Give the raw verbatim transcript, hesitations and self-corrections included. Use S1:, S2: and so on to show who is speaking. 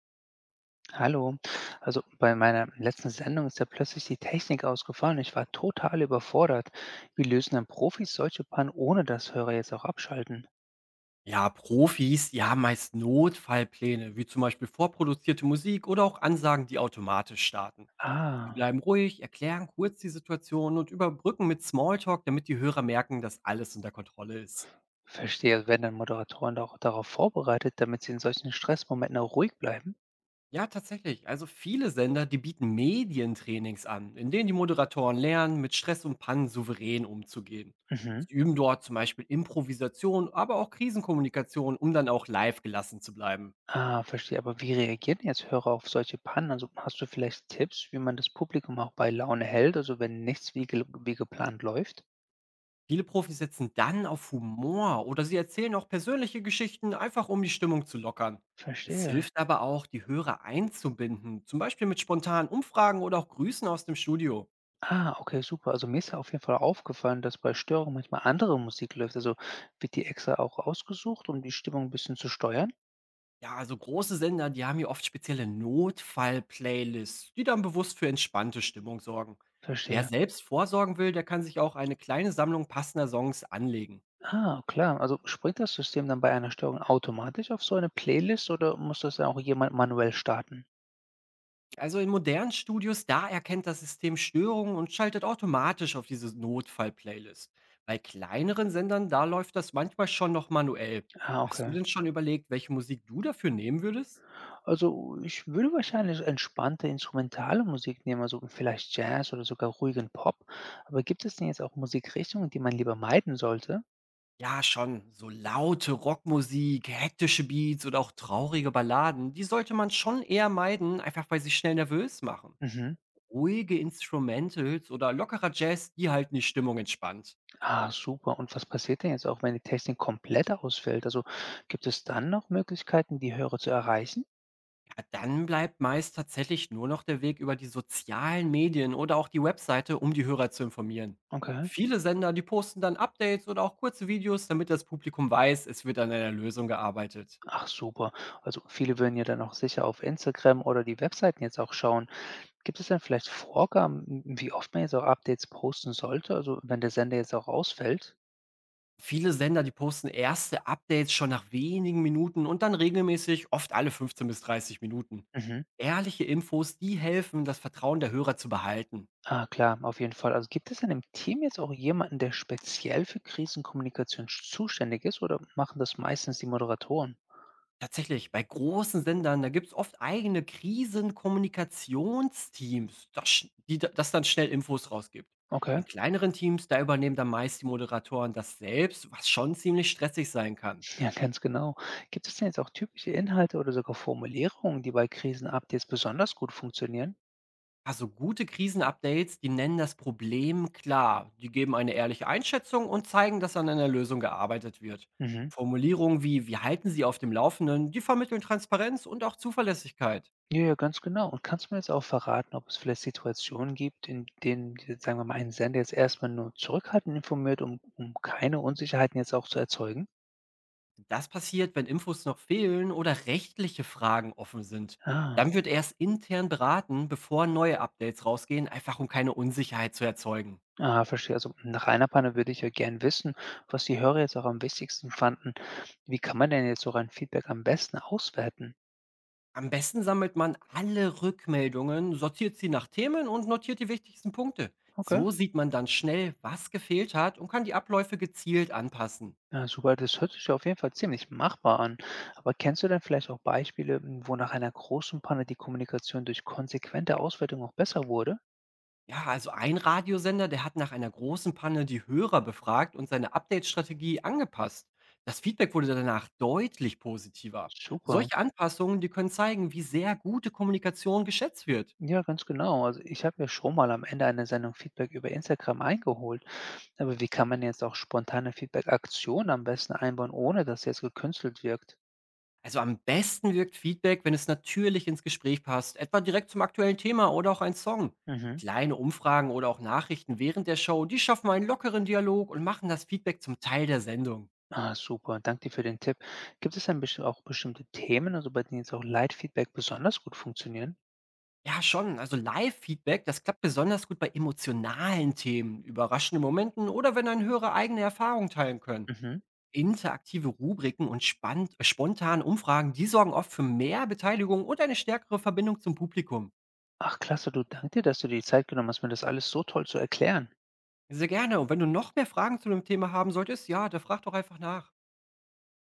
S1: Hallo. Also bei meiner letzten Sendung ist ja plötzlich die Technik ausgefallen. Ich war total überfordert. Wie lösen dann Profis solche Pannen, ohne dass Hörer jetzt auch abschalten?
S2: Ja, Profis, die haben meist Notfallpläne, wie zum Beispiel vorproduzierte Musik oder auch Ansagen, die automatisch starten. Sie
S1: Ah,
S2: bleiben ruhig, erklären kurz die Situation und überbrücken mit Smalltalk, damit die Hörer merken, dass alles unter Kontrolle ist.
S1: verstehe. Also werden dann Moderatoren auch darauf vorbereitet, damit sie in solchen Stressmomenten auch ruhig bleiben?
S2: Ja, tatsächlich. Also viele Sender, die bieten Medientrainings an, in denen die Moderatoren lernen, mit Stress und Pannen souverän umzugehen.
S1: Mhm.
S2: Sie üben dort zum Beispiel Improvisation, aber auch Krisenkommunikation, um dann auch live gelassen zu bleiben.
S1: Ah, verstehe. Aber wie reagieren jetzt Hörer auf solche Pannen? Also hast du vielleicht Tipps, wie man das Publikum auch bei Laune hält, also wenn nichts wie, gel- wie geplant läuft?
S2: Viele Profis setzen dann auf Humor oder sie erzählen auch persönliche Geschichten, einfach um die Stimmung zu lockern. Es
S1: Verstehe.
S2: hilft aber auch, die Hörer einzubinden, zum Beispiel mit spontanen Umfragen oder auch Grüßen aus dem Studio.
S1: Ah, okay, super. Also mir ist ja auf jeden Fall aufgefallen, dass bei Störungen manchmal andere Musik läuft. Also wird die extra auch ausgesucht, um die Stimmung ein bisschen zu steuern?
S2: Ja, also große Sender, die haben hier oft spezielle Notfall-Playlists, die dann bewusst für entspannte Stimmung sorgen. Wer
S1: Verstehe.
S2: selbst vorsorgen will, der kann sich auch eine kleine Sammlung passender Songs anlegen.
S1: Ah, klar. Also springt das System dann bei einer Störung automatisch auf so eine Playlist oder muss das dann auch jemand manuell starten?
S2: Also in modernen Studios, da erkennt das System Störungen und schaltet automatisch auf diese Notfall-Playlist. Bei kleineren Sendern, da läuft das manchmal schon noch manuell.
S1: Ah,
S2: Hast du
S1: okay.
S2: denn schon überlegt, welche Musik du dafür nehmen würdest?
S1: Also ich würde wahrscheinlich entspannte instrumentale Musik nehmen, also vielleicht Jazz oder sogar ruhigen Pop. Aber gibt es denn jetzt auch Musikrichtungen, die man lieber meiden sollte?
S2: Ja, schon. So laute Rockmusik, hektische Beats oder auch traurige Balladen, die sollte man schon eher meiden, einfach weil sie schnell nervös machen.
S1: Mhm.
S2: Ruhige Instrumentals oder lockerer Jazz, die halten die Stimmung entspannt.
S1: Ah, super. Und was passiert denn jetzt auch, wenn die Technik komplett ausfällt? Also gibt es dann noch Möglichkeiten, die Hörer zu erreichen?
S2: Ja, dann bleibt meist tatsächlich nur noch der Weg über die sozialen Medien oder auch die Webseite, um die Hörer zu informieren.
S1: Okay.
S2: Viele Sender, die posten dann Updates oder auch kurze Videos, damit das Publikum weiß, es wird an einer Lösung gearbeitet.
S1: Ach, super. Also viele würden ja dann auch sicher auf Instagram oder die Webseiten jetzt auch schauen. Gibt es denn vielleicht Vorgaben, m- wie oft man jetzt auch Updates posten sollte? Also wenn der Sender jetzt auch ausfällt?
S2: Viele Sender, die posten erste Updates schon nach wenigen Minuten und dann regelmäßig, oft alle fünfzehn bis dreißig Minuten.
S1: Mhm.
S2: Ehrliche Infos, die helfen, das Vertrauen der Hörer zu behalten.
S1: Ah, klar, auf jeden Fall. Also gibt es denn im Team jetzt auch jemanden, der speziell für Krisenkommunikation sch- zuständig ist oder machen das meistens die Moderatoren?
S2: Tatsächlich, bei großen Sendern, da gibt es oft eigene Krisenkommunikationsteams, das sch die da- das dann schnell Infos rausgibt.
S1: Okay.
S2: In kleineren Teams, da übernehmen dann meist die Moderatoren das selbst, was schon ziemlich stressig sein kann.
S1: Ja, ganz genau. Gibt es denn jetzt auch typische Inhalte oder sogar Formulierungen, die bei Krisenupdates besonders gut funktionieren?
S2: Also gute Krisenupdates, die nennen das Problem klar, die geben eine ehrliche Einschätzung und zeigen, dass an einer Lösung gearbeitet wird.
S1: Mhm.
S2: Formulierungen wie wir halten Sie auf dem Laufenden, die vermitteln Transparenz und auch Zuverlässigkeit.
S1: Ja, ja, ganz genau. Und kannst du mir jetzt auch verraten, ob es vielleicht Situationen gibt, in denen, die- sagen wir mal, ein Sender jetzt erstmal nur zurückhaltend informiert, um, um keine Unsicherheiten jetzt auch zu erzeugen?
S2: Das passiert, wenn Infos noch fehlen oder rechtliche Fragen offen sind.
S1: Ah,
S2: Dann wird erst intern beraten, bevor neue Updates rausgehen, einfach um keine Unsicherheit zu erzeugen.
S1: ah, verstehe. Also nach einer Panne würde ich ja gern wissen, was die Hörer jetzt auch am wichtigsten fanden. Wie kann man denn jetzt so ein Feedback am besten auswerten?
S2: Am besten sammelt man alle Rückmeldungen, sortiert sie nach Themen und notiert die wichtigsten Punkte.
S1: Okay.
S2: So sieht man dann schnell, was gefehlt hat und kann die Abläufe gezielt anpassen.
S1: Ja, super, das hört sich ja auf jeden Fall ziemlich machbar an. Aber kennst du denn vielleicht auch Beispiele, m, wo nach einer großen Panne die Kommunikation durch konsequente Auswertung auch besser wurde?
S2: Ja, also ein Radiosender, der hat nach einer großen Panne die Hörer befragt und seine Update-Strategie angepasst. Das Feedback wurde danach deutlich positiver.
S1: Super.
S2: Solche Anpassungen, die können zeigen, wie sehr gute Kommunikation geschätzt wird.
S1: Ja, ganz genau. Also ich habe mir schon mal am Ende einer Sendung Feedback über Instagram eingeholt. Aber wie kann man jetzt auch spontane Feedback-Aktionen am besten einbauen, ohne dass jetzt gekünstelt wirkt?
S2: Also am besten wirkt Feedback, wenn es natürlich ins Gespräch passt, etwa direkt zum aktuellen Thema oder auch ein Song.
S1: Mhm.
S2: Kleine Umfragen oder auch Nachrichten während der Show, die schaffen einen lockeren Dialog und machen das Feedback zum Teil der Sendung.
S1: Ah, super. Danke dir für den Tipp. Gibt es dann besti- auch bestimmte Themen, also bei denen jetzt auch Leitfeedback besonders gut funktionieren?
S2: Ja, schon. Also Live-Feedback, das klappt besonders gut bei emotionalen Themen, überraschenden Momenten oder wenn ein Hörer eigene Erfahrungen teilen können.
S1: Mhm.
S2: Interaktive Rubriken und spannt, äh, spontane Umfragen, die sorgen oft für mehr Beteiligung und eine stärkere Verbindung zum Publikum.
S1: Ach klasse, du, danke dir, dass du dir die Zeit genommen hast, mir das alles so toll zu erklären.
S2: Sehr gerne. Und wenn du noch mehr Fragen zu dem Thema haben solltest, ja, da frag doch einfach nach.